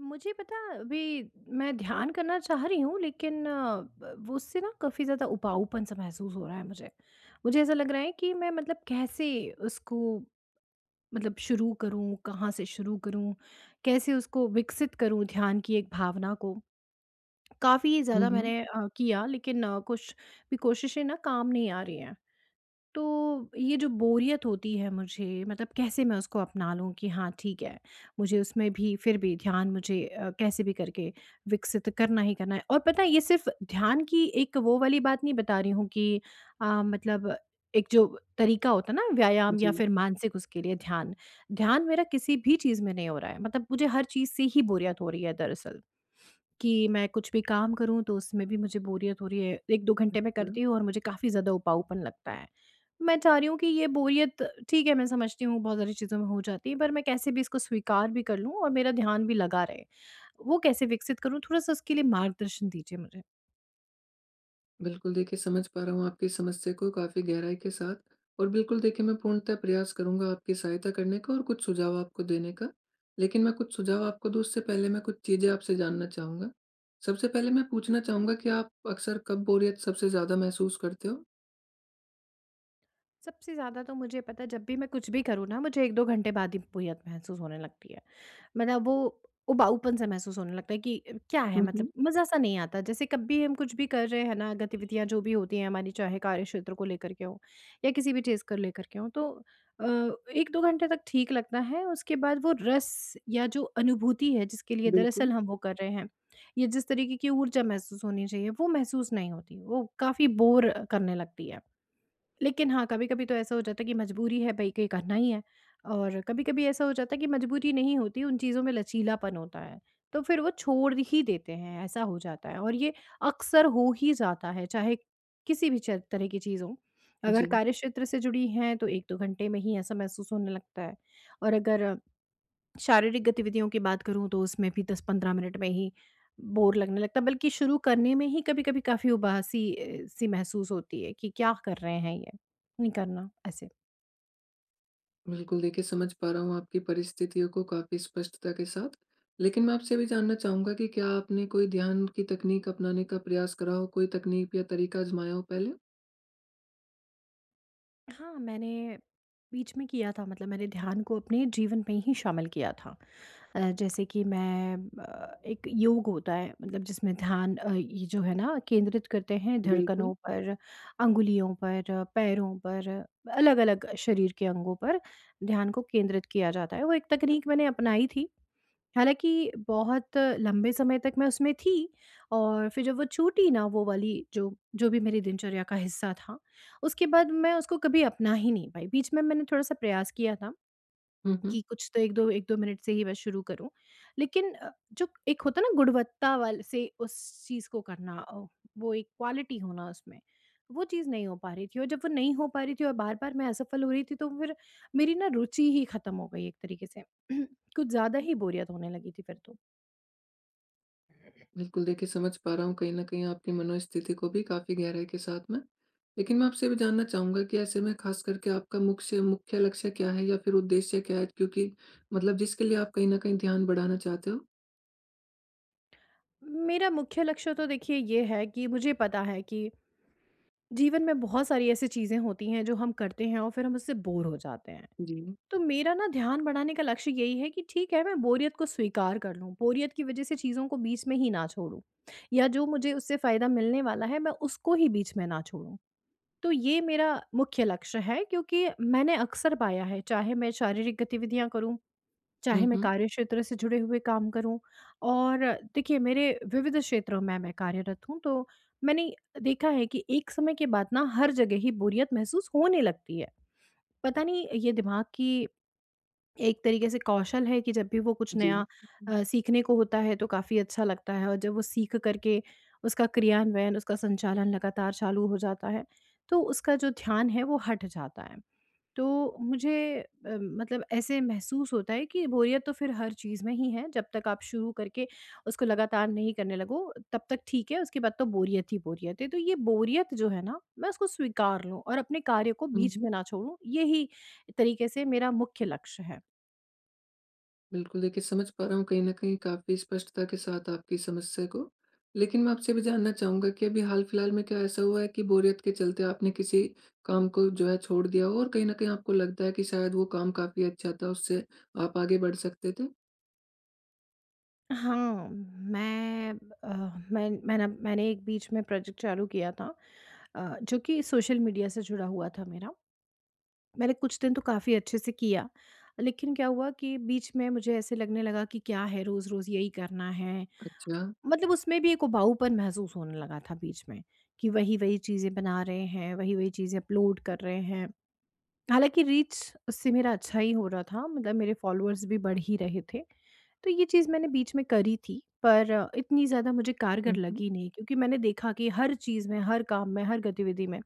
मुझे पता अभी। मैं ध्यान करना चाह रही हूँ लेकिन वो उससे ना काफ़ी ज़्यादा उबाऊपन सा महसूस हो रहा है मुझे। मुझे ऐसा लग रहा है कि मैं मतलब कैसे उसको मतलब शुरू करूँ, कहाँ से शुरू करूँ, कैसे उसको विकसित करूँ ध्यान की एक भावना को। काफ़ी हुँ, ज़्यादा हुँ। मैंने किया लेकिन कुछ भी कोशिशें ना काम नहीं आ रही हैं। तो ये जो बोरियत होती है मुझे, मतलब कैसे मैं उसको अपना लूँ कि हाँ ठीक है, मुझे उसमें भी फिर भी ध्यान मुझे कैसे भी करके विकसित करना ही करना है। और पता है, ये सिर्फ़ ध्यान की एक वो वाली बात नहीं बता रही हूँ कि मतलब एक जो तरीका होता है ना व्यायाम या जी, फिर मानसिक, उसके लिए ध्यान, ध्यान मेरा किसी भी चीज़ में नहीं हो रहा है। मतलब मुझे हर चीज़ से ही बोरियत हो रही है दरअसल। कि मैं कुछ भी काम करूँ तो उसमें भी मुझे बोरियत हो रही है। 1-2 घंटे मैं बिल करती हूँ और मुझे काफ़ी ज़्यादा उबाऊपन लगता है। मैं चाह रही हूँ कि ये बोरियत, ठीक है मैं समझती हूँ बहुत सारी चीज़ों में हो जाती है, पर मैं कैसे भी इसको स्वीकार भी कर लूँ और मेरा ध्यान भी लगा रहे। वो कैसे विकसित करूँ, थोड़ा-सा उसके लिए मार्गदर्शन दीजिए मुझे? बिल्कुल देखिए, समझ पा रहा हूँ आपकी समस्या को काफ़ी गहराई के साथ। और बिल्कुल देखिए, मैं पूर्णतः प्रयास करूँगा आपकी सहायता करने का और कुछ सुझाव आपको देने का। लेकिन मैं कुछ सुझाव आपको दूँ उससे पहले मैं कुछ चीज़ें आपसे जानना चाहूँगा। सबसे पहले मैं पूछना चाहूँगा कि आप अक्सर कब बोरियत सबसे ज़्यादा महसूस करते हो? सबसे ज़्यादा तो मुझे पता है, जब भी मैं कुछ भी करूँ ना मुझे 1-2 घंटे बाद ही बोरियत महसूस होने लगती है। मतलब वो उबाऊपन सा महसूस होने लगता है कि क्या है, हुँ, मतलब हुँ। मज़ा-सा नहीं आता। जैसे कब भी हम कुछ भी कर रहे हैं ना, गतिविधियाँ जो भी होती हैं हमारी, चाहे कार्यक्षेत्र को लेकर के हो या किसी भी चीज़ को लेकर के हो, तो अ, 1-2 घंटे तक ठीक लगता है। उसके बाद वो रस या जो अनुभूति है जिसके लिए बिल्कुल। दरअसल हम वो कर रहे हैं, या जिस तरीके की ऊर्जा महसूस होनी चाहिए वो महसूस नहीं होती। वो काफ़ी बोर करने लगती है। लेकिन हाँ, कभी-कभी तो ऐसा हो जाता है कि मजबूरी है भई कि करना ही है, और कभी-कभी ऐसा हो जाता है कि मजबूरी नहीं होती, उन चीज़ों में लचीलापन होता है, तो फिर वो छोड़ ही देते हैं, ऐसा हो जाता है। और ये अक्सर हो ही जाता है, चाहे किसी भी च तरह की चीज़ हो। अगर जी। कार्यक्षेत्र से जुड़ी हैं, तो 1-2 घंटे में ही ऐसा महसूस होने लगता है, और अगर शारीरिक गतिविधियों की बात करूँ तो उसमें भी 10-15 मिनट में ही बोर लगने लगता है, बल्कि शुरू करने में ही कभी-कभी काफ़ी उबासी सी महसूस होती है कि क्या कर रहे हैं ये? नहीं करना ऐसे। बिल्कुल, देखिए समझ पा रहा हूँ आपकी परिस्थितियों को काफ़ी स्पष्टता के साथ। लेकिन मैं आपसे ये भी जानना चाहूँगा कि क्या आपने कोई ध्यान की तकनीक अपनाने का प्रयास करा हो? कोई तकनीक या तरीका आज़माया हो पहले? हाँ, मैंने बीच में किया था, मतलब मैंने ध्यान को अपने जीवन में ही शामिल किया था। जैसे कि मैं एक योग होता है, मतलब जिसमें ध्यान ये जो है ना केंद्रित करते हैं धड़कनों बिल्कुल। पर, अंगुलियों पर, पैरों पर, अलग-अलग शरीर के अंगों पर ध्यान को केंद्रित किया जाता है। वो एक तकनीक मैंने अपनाई थी। हालाँकि बहुत लंबे समय तक मैं उसमें थी, और फिर जब वो छूटी ना, वो वाली जो जो भी मेरी दिनचर्या का हिस्सा था, उसके बाद मैं उसको कभी अपना ही नहीं पाई। बीच में मैंने थोड़ा-सा प्रयास किया था हुँ, हुँ। कि कुछ तो 1-2 मिनट से ही मैं शुरू करूँ। लेकिन जो एक होता है ना गुणवत्ता वाल से उस चीज़ को करना, वो एक क्वालिटी होना उसमें, वो चीज़ नहीं हो पा रही थी। और जब वो नहीं हो पा रही थी और बार-बार मैं असफल हो रही थी तो फिर मेरी ना रुचि ही ख़त्म हो गई एक तरीके से। कुछ ज़्यादा ही बोरियत होने लगी थी फिर तो। बिल्कुल, देखिए समझ पा रहा हूँ कहीं न कहीं आपकी मनोस्थिति को भी काफ़ी गहराई के साथ मैं। लेकिन मैं आपसे ये भी जानना चाहूँगा कि ऐसे में ख़ास करके आपका मुख्य मुख्य लक्ष्य क्या है या फिर उद्देश्य क्या है? क्योंकि मतलब जिसके लिए आप कहीं न कहीं ध्यान बढ़ाना चाहते हो? मेरा मुख्य लक्ष्य तो देखिए ये है कि मुझे पता है कि जीवन में बहुत सारी ऐसी चीज़ें होती हैं जो हम करते हैं और फिर हम उससे बोर हो जाते हैं। जी। तो मेरा ना ध्यान बढ़ाने का लक्ष्य यही है कि ठीक है, मैं बोरियत को स्वीकार कर लूँ, बोरियत की वजह से चीज़ों को बीच में ही ना छोड़ूँ, या जो मुझे उससे फ़ायदा मिलने वाला है, मैं उसको ही बीच में ना छोड़ूँ। तो ये मेरा मुख्य लक्ष्य है क्योंकि मैंने अक्सर पाया है, चाहे मैं शारीरिक गतिविधियाँ करूँ, चाहे हुँ, मैं हुँ। कार्यक्षेत्र से जुड़े हुए काम करूँ, और देखिए मेरे विविध क्षेत्रों में मैं कार्यरत हूँ, तो मैंने देखा है कि एक समय के बाद ना हर जगह ही बोरियत महसूस होने लगती है। पता नहीं, ये दिमाग की एक तरीके से कौशल है कि जब भी वो कुछ जी। नया सीखने को होता है तो काफ़ी अच्छा लगता है, और जब वो सीख करके उसका क्रियान्वयन, उसका संचालन लगातार चालू हो जाता है, तो उसका जो ध्यान है वो हट जाता है। तो मुझे मतलब ऐसे महसूस होता है कि बोरियत तो फिर हर चीज़ में ही है, जब तक आप शुरू करके उसको लगातार नहीं करने लगो, तब तक ठीक है, उसके बाद तो बोरियत ही बोरियत है। तो ये बोरियत जो है ना, मैं उसको स्वीकार लूँ और अपने कार्य को बीच हम्म। में ना छोड़ूँ, यही तरीके से मेरा मुख्य लक्ष्य है। बिल्कुल, देखिए समझ पा रहा हूँ कहीं न कहीं काफ़ी स्पष्टता के साथ आपकी समस्या को। लेकिन मैं आपसे भी जानना चाहूँगा कि अभी हाल-फिलहाल में क्या ऐसा हुआ है कि बोरियत के चलते आपने किसी काम को जो है छोड़ दिया हो और कहीं न कहीं आपको लगता है कि शायद वो काम काफ़ी अच्छा था, उससे आप आगे बढ़ सकते थे? हाँ, अ, मैंने एक बीच में प्रोजेक्ट चालू किया था, जो कि सोशल मीडिया से जुड़ा हुआ था मेरा। मैंने कुछ दिन तो काफ़ी अच्छे से किया, लेकिन क्या हुआ कि बीच में मुझे ऐसे लगने लगा कि क्या है, रोज़-रोज़ यही करना है। अच्छा। मतलब उसमें भी एक उबाऊपन महसूस होने लगा था बीच में, कि वही-वही चीज़ें बना रहे हैं, वही-वही चीज़ें अपलोड कर रहे हैं। हालाँकि रीच उससे मेरा अच्छा ही हो रहा था, मतलब मेरे फ़ॉलोअर्स भी बढ़ ही रहे थे। तो ये चीज़ मैंने बीच में करी थी, पर इतनी ज़्यादा मुझे कारगर हुँ, हुँ। लगी नहीं क्योंकि मैंने देखा कि हर चीज़ में, हर काम में, हर गतिविधि में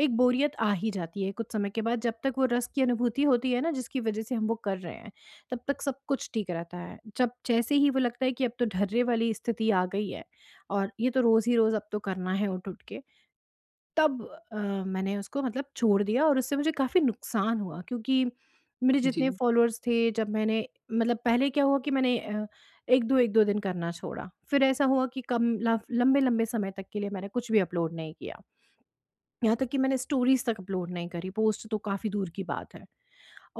एक बोरियत आ ही जाती है कुछ समय के बाद। जब तक वो रस की अनुभूति होती है ना जिसकी वज़ह से हम वो कर रहे हैं, तब तक सब कुछ ठीक रहता है। जब जैसे ही वो लगता है कि अब तो ढर्रे वाली स्थिति आ गई है और ये तो रोज़ ही रोज़ अब तो करना है उठ-उठ के, तब अ, मैंने उसको मतलब छोड़ दिया, और उससे मुझे काफ़ी नुकसान हुआ क्योंकि मेरे जी। जितने फॉलोअर्स थे, जब मैंने, मतलब पहले क्या हुआ कि मैंने 1-2 दिन करना छोड़ा। फिर ऐसा हुआ कि कम लफ लंबे-लंबे समय तक के लिए मैंने कुछ भी अपलोड नहीं किया। यहाँ तक कि मैंने स्टोरीज़ तक अपलोड नहीं करी, पोस्ट तो काफ़ी दूर की बात है।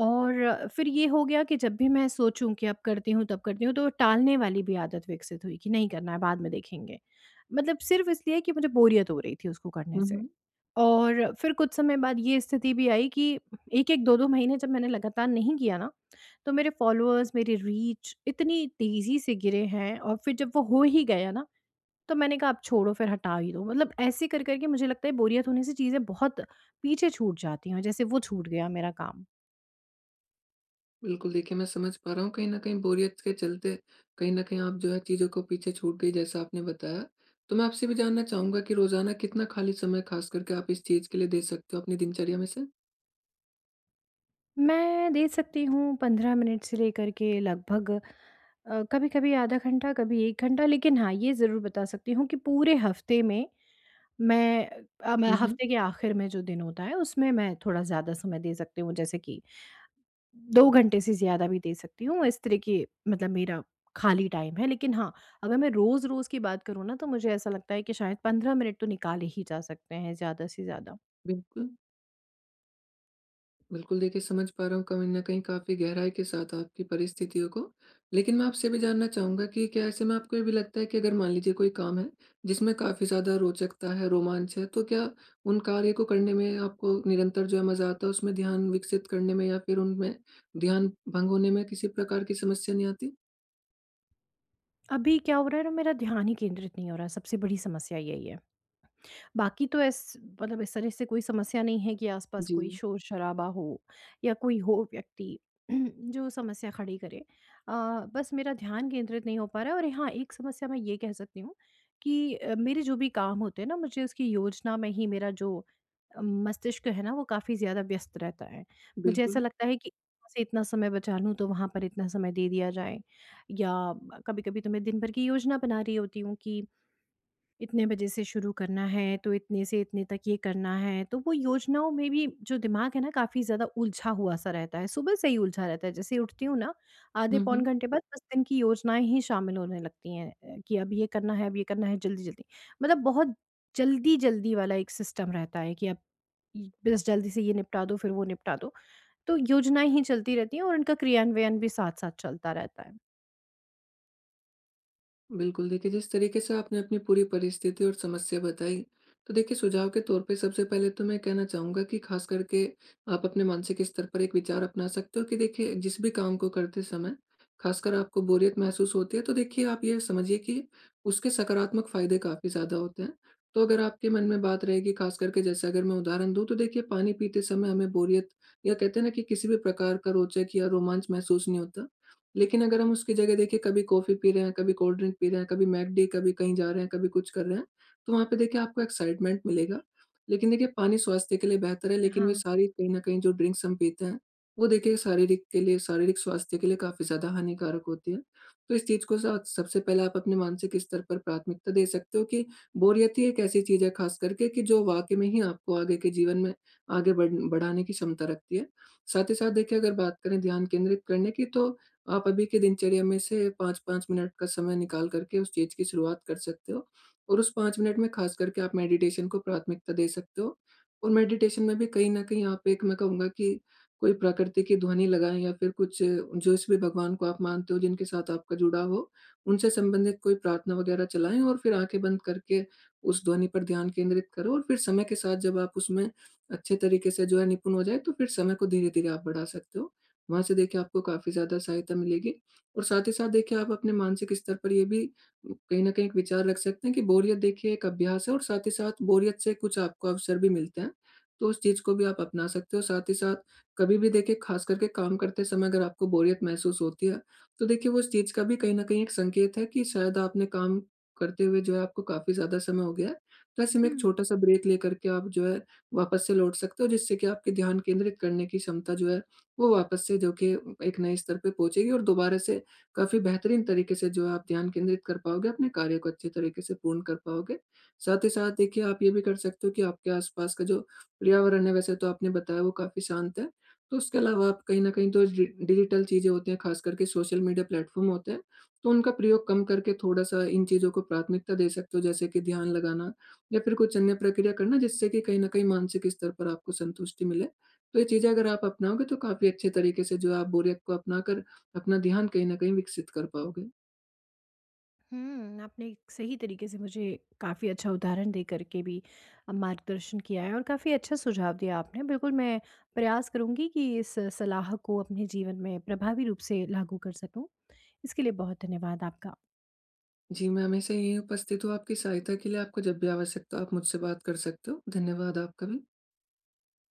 और फिर ये हो गया कि जब भी मैं सोचूँ कि अब करती हूँ, तब करती हूँ, तो टालने वाली भी आदत विकसित हुई कि नहीं करना है, बाद में देखेंगे। मतलब सिर्फ़ इसलिए कि मुझे बोरियत हो रही थी उसको करने हुँ, से। हुँ। और फिर कुछ समय बाद ये स्थिति भी आई कि 1-1, 2-2 महीने जब मैंने लगातार नहीं किया ना, तो मेरे फॉलोअर्स, मेरी रीच इतनी तेज़ी से गिरे हैं, और फिर जब वो हो ही गया ना, तो मैंने कहा अब छोड़ो, फिर हटा ही दो। मतलब ऐसे कर कर के मुझे लगता है बोरियत होने से चीज़ें बहुत पीछे छूट जाती हैं, जैसे वो छूट गया मेरा काम। बिल्कुल, देखिए मैं समझ पा रहा हूँ कहीं न कहीं बोरियत के चलते कहीं न कहीं आप जो है चीज़ों को पीछे छूट गई जैसा आपने बताया। तो मैं आपसे भी जानना चाहूँगा कि रोज़ाना कितना खाली समय ख़ास करके आप इस चीज़ के लिए दे सकते हो अपनी दिनचर्या में से? मैं दे सकती हूँ 15 मिनट से लेकर के लगभग कभी-कभी आधा घंटा, कभी 1 घंटा, लेकिन हाँ, ये ज़रूर बता सकती हूँ कि पूरे हफ्ते में मैं मैं हुँ, हुँ। हफ्ते के आखिर में जो दिन होता है उसमें मैं थोड़ा ज़्यादा समय दे सकती हूँ, जैसे कि 2 घंटे से ज़्यादा भी दे सकती हूँ, इस तरह की मतलब मेरा खाली टाइम है। लेकिन हाँ, अगर मैं रोज़-रोज़ की बात करूँ ना तो मुझे ऐसा लगता है कि शायद 15 मिनट तो निकाले ही जा सकते हैं ज़्यादा से ज़्यादा। बिल्कुल, बिल्कुल देखिए समझ पा रहा हूँ कहीं न कहीं काफ़ी गहराई के साथ आपकी परिस्थितियों को। लेकिन मैं आपसे भी जानना चाहूँगा कि क्या ऐसे में आपको ये भी लगता है कि अगर मान लीजिए कोई काम है, जिसमें काफ़ी ज़्यादा रोचकता है, रोमांच है, तो क्या उन कार्य को करने में आपको निरंतर जो है मज़ा आता है, उसमें ध्यान विकसित करने में या फिर उनमें ध्यान भंग होने में किसी प्रकार की समस्या नहीं आती? अभी क्या हो रहा है ना, मेरा ध्यान ही केंद्रित नहीं हो रहा, सबसे बड़ी समस्या यही है। बाकी तो इस मतलब इस तरह से कोई समस्या नहीं है कि आसपास कोई जी, शोर-शराबा हो या कोई हो व्यक्ति जो समस्या खड़ी करे। अ, बस मेरा ध्यान केंद्रित नहीं हो पा रहा है, और हाँ, एक समस्या मैं ये कह सकती हूँ कि मेरे जो भी काम होते हैं ना, मुझे उसकी योजना में ही मेरा जो मस्तिष्क है ना, वो काफ़ी ज़्यादा व्यस्त रहता है। मुझे ऐसा बिल्कुल। लगता है कि यहाँ से इतना समय बचा लूँ, तो वहाँ पर इतना समय दे दिया जाए, या कभी-कभी तो मैं दिन भर की योजना बना रही होती हूँ कि इतने बजे से शुरू करना है, तो इतने से इतने तक ये करना है। तो वो योजनाओं में भी जो दिमाग है ना काफ़ी ज़्यादा उलझा हुआ सा रहता है, सुबह से ही उलझा रहता है, जैसे ही उठती हूँ ना आधे हुँ, पौन हुँ। घंटे बाद बस दिन की योजनाएं ही शामिल होने लगती हैं, कि अब ये करना है, अब ये करना है जल्दी जल्दी। मतलब बहुत जल्दी जल्दी वाला एक सिस्टम रहता है कि अब बस जल्दी से ये निपटा दो फिर वो निपटा दो। तो योजनाएं ही चलती रहती हैं और उनका क्रियान्वयन भी साथ साथ चलता रहता है। बिल्कुल, देखिए जिस तरीके से आपने अपनी पूरी परिस्थिति और समस्या बताई, तो देखिए सुझाव के तौर पे सबसे पहले तो मैं कहना चाहूँगा कि ख़ास करके आप अपने मानसिक स्तर पर एक विचार अपना सकते हो कि देखिए जिस भी काम को करते समय, ख़ासकर आपको बोरियत महसूस होती है, तो देखिए आप ये समझिए कि उसके सकारात्मक फ़ायदे काफ़ी ज़्यादा होते हैं। तो अगर आपके मन में बात रहेगी ख़ास करके, जैसे अगर मैं उदाहरण दूँ तो देखिए पानी पीते समय हमें बोरियत या कहते हैं ना कि किसी भी प्रकार का रोचक या रोमांच महसूस नहीं होता। लेकिन अगर हम उसकी जगह देखिए कभी कॉफ़ी पी रहे हैं, कभी कोल्ड ड्रिंक पी रहे हैं, कभी मैकडी, कभी कहीं जा रहे हैं, कभी कुछ कर रहे हैं, तो वहाँ पे देखिए आपको एक्साइटमेंट मिलेगा। लेकिन देखिए पानी स्वास्थ्य के लिए बेहतर है, लेकिन वे हाँ। सारी कहीं न कहीं जो ड्रिंक्स हम पीते हैं, वो देखिए शारीरिक स्वास्थ्य के लिए काफ़ी ज़्यादा हानिकारक होती है। तो इस चीज़ को साथ सबसे पहले आप अपने मानसिक स्तर पर प्राथमिकता दे सकते हो कि बोरियत ही एक ऐसी चीज़ है ख़ास करके, कि जो वाक़ई में ही आपको आगे के जीवन में आगे बढ़ाने की क्षमता रखती है। साथ ही साथ देखिए अगर बात करें ध्यान केंद्रित करने की, तो आप अभी के दिनचर्या में से 5-5 मिनट का समय निकाल करके उस चीज़ की शुरुआत कर सकते हो और उस 5 मिनट में खास करके आप मेडिटेशन को प्राथमिकता दे सकते हो। और मेडिटेशन में भी कहीं न कहीं आप एक, मैं कहूँगा कि कोई प्रकृति की ध्वनि लगाएँ या फिर कुछ जिस भी भगवान को आप मानते हो, जिनके साथ आपका जुड़ाव हो, उनसे संबंधित कोई प्रार्थना वगैरह चलाएँ और फिर आँखें बंद करके उस ध्वनि पर ध्यान केंद्रित करो और फिर समय के साथ जब आप उसमें अच्छे तरीके से जो है निपुण हो जाएँ, तो फिर समय को धीरे-धीरे आप बढ़ा सकते हो। वहाँ से देखिए आपको काफ़ी ज़्यादा सहायता मिलेगी। और साथ ही साथ देखिए आप अपने मानसिक स्तर पर ये भी कहीं न कहीं एक विचार रख सकते हैं कि बोरियत देखिए एक अभ्यास है और साथ ही साथ बोरियत से कुछ आपको अवसर भी मिलते हैं। तो उस चीज़ को भी आप अपना सकते हो, साथ ही साथ कभी भी देखिए ख़ास करके काम करते समय अगर आपको बोरियत महसूस होती है, तो देखिए वो उस चीज़ का भी कहीं न कहीं एक संकेत है कि शायद आपने काम करते हुए जो है आपको काफ़ी ज़्यादा समय हो गया है। तो ऐसे में एक हम्म। छोटा-सा ब्रेक लेकर के आप जो है वापस से लौट सकते हो, जिससे कि आपके ध्यान केंद्रित करने की क्षमता जो है वो वापस से जो कि एक नए स्तर पे पहुँचेगी और दोबारा से काफ़ी बेहतरीन तरीके से जो है आप ध्यान केंद्रित कर पाओगे, अपने कार्य को अच्छे तरीके से पूर्ण कर पाओगे। साथ ही साथ देखिए आप ये भी कर सकते हो कि आपके आस-पास का जो पर्यावरण है, वैसे तो आपने बताया वो काफ़ी शांत है। तो उसके अलावा आप कहीं न कहीं, तो डि डिजिटल चीज़ें होती हैं, ख़ास करके सोशल मीडिया प्लेटफ़ॉर्म होते हैं, तो उनका प्रयोग कम करके थोड़ा-सा इन चीज़ों को प्राथमिकता दे सकते हो, जैसे कि ध्यान लगाना या फिर कुछ अन्य प्रक्रिया करना, जिससे कि कहीं न कहीं मानसिक स्तर पर आपको संतुष्टि मिले। तो ये चीज़ें अगर आप अपनाओगे तो काफ़ी अच्छे तरीके से जो है आप बोरियत को अपनाकर अपना ध्यान कहीं न कहीं विकसित कर पाओगे। हुँ, आपने एक सही तरीके से मुझे काफ़ी अच्छा उदाहरण दे कर के भी मार्गदर्शन किया है और काफ़ी अच्छा सुझाव दिया आपने। बिल्कुल मैं प्रयास करूँगी कि इस सलाह को अपने जीवन में प्रभावी रूप से लागू कर सकूँ। इसके लिए बहुत धन्यवाद आपका। जी, मैं हमेशा यहीं उपस्थित हूँ आपकी सहायता के लिए, आपको जब भी आवश्यकता हो आप मुझसे बात कर सकते हो। धन्यवाद आपका भी।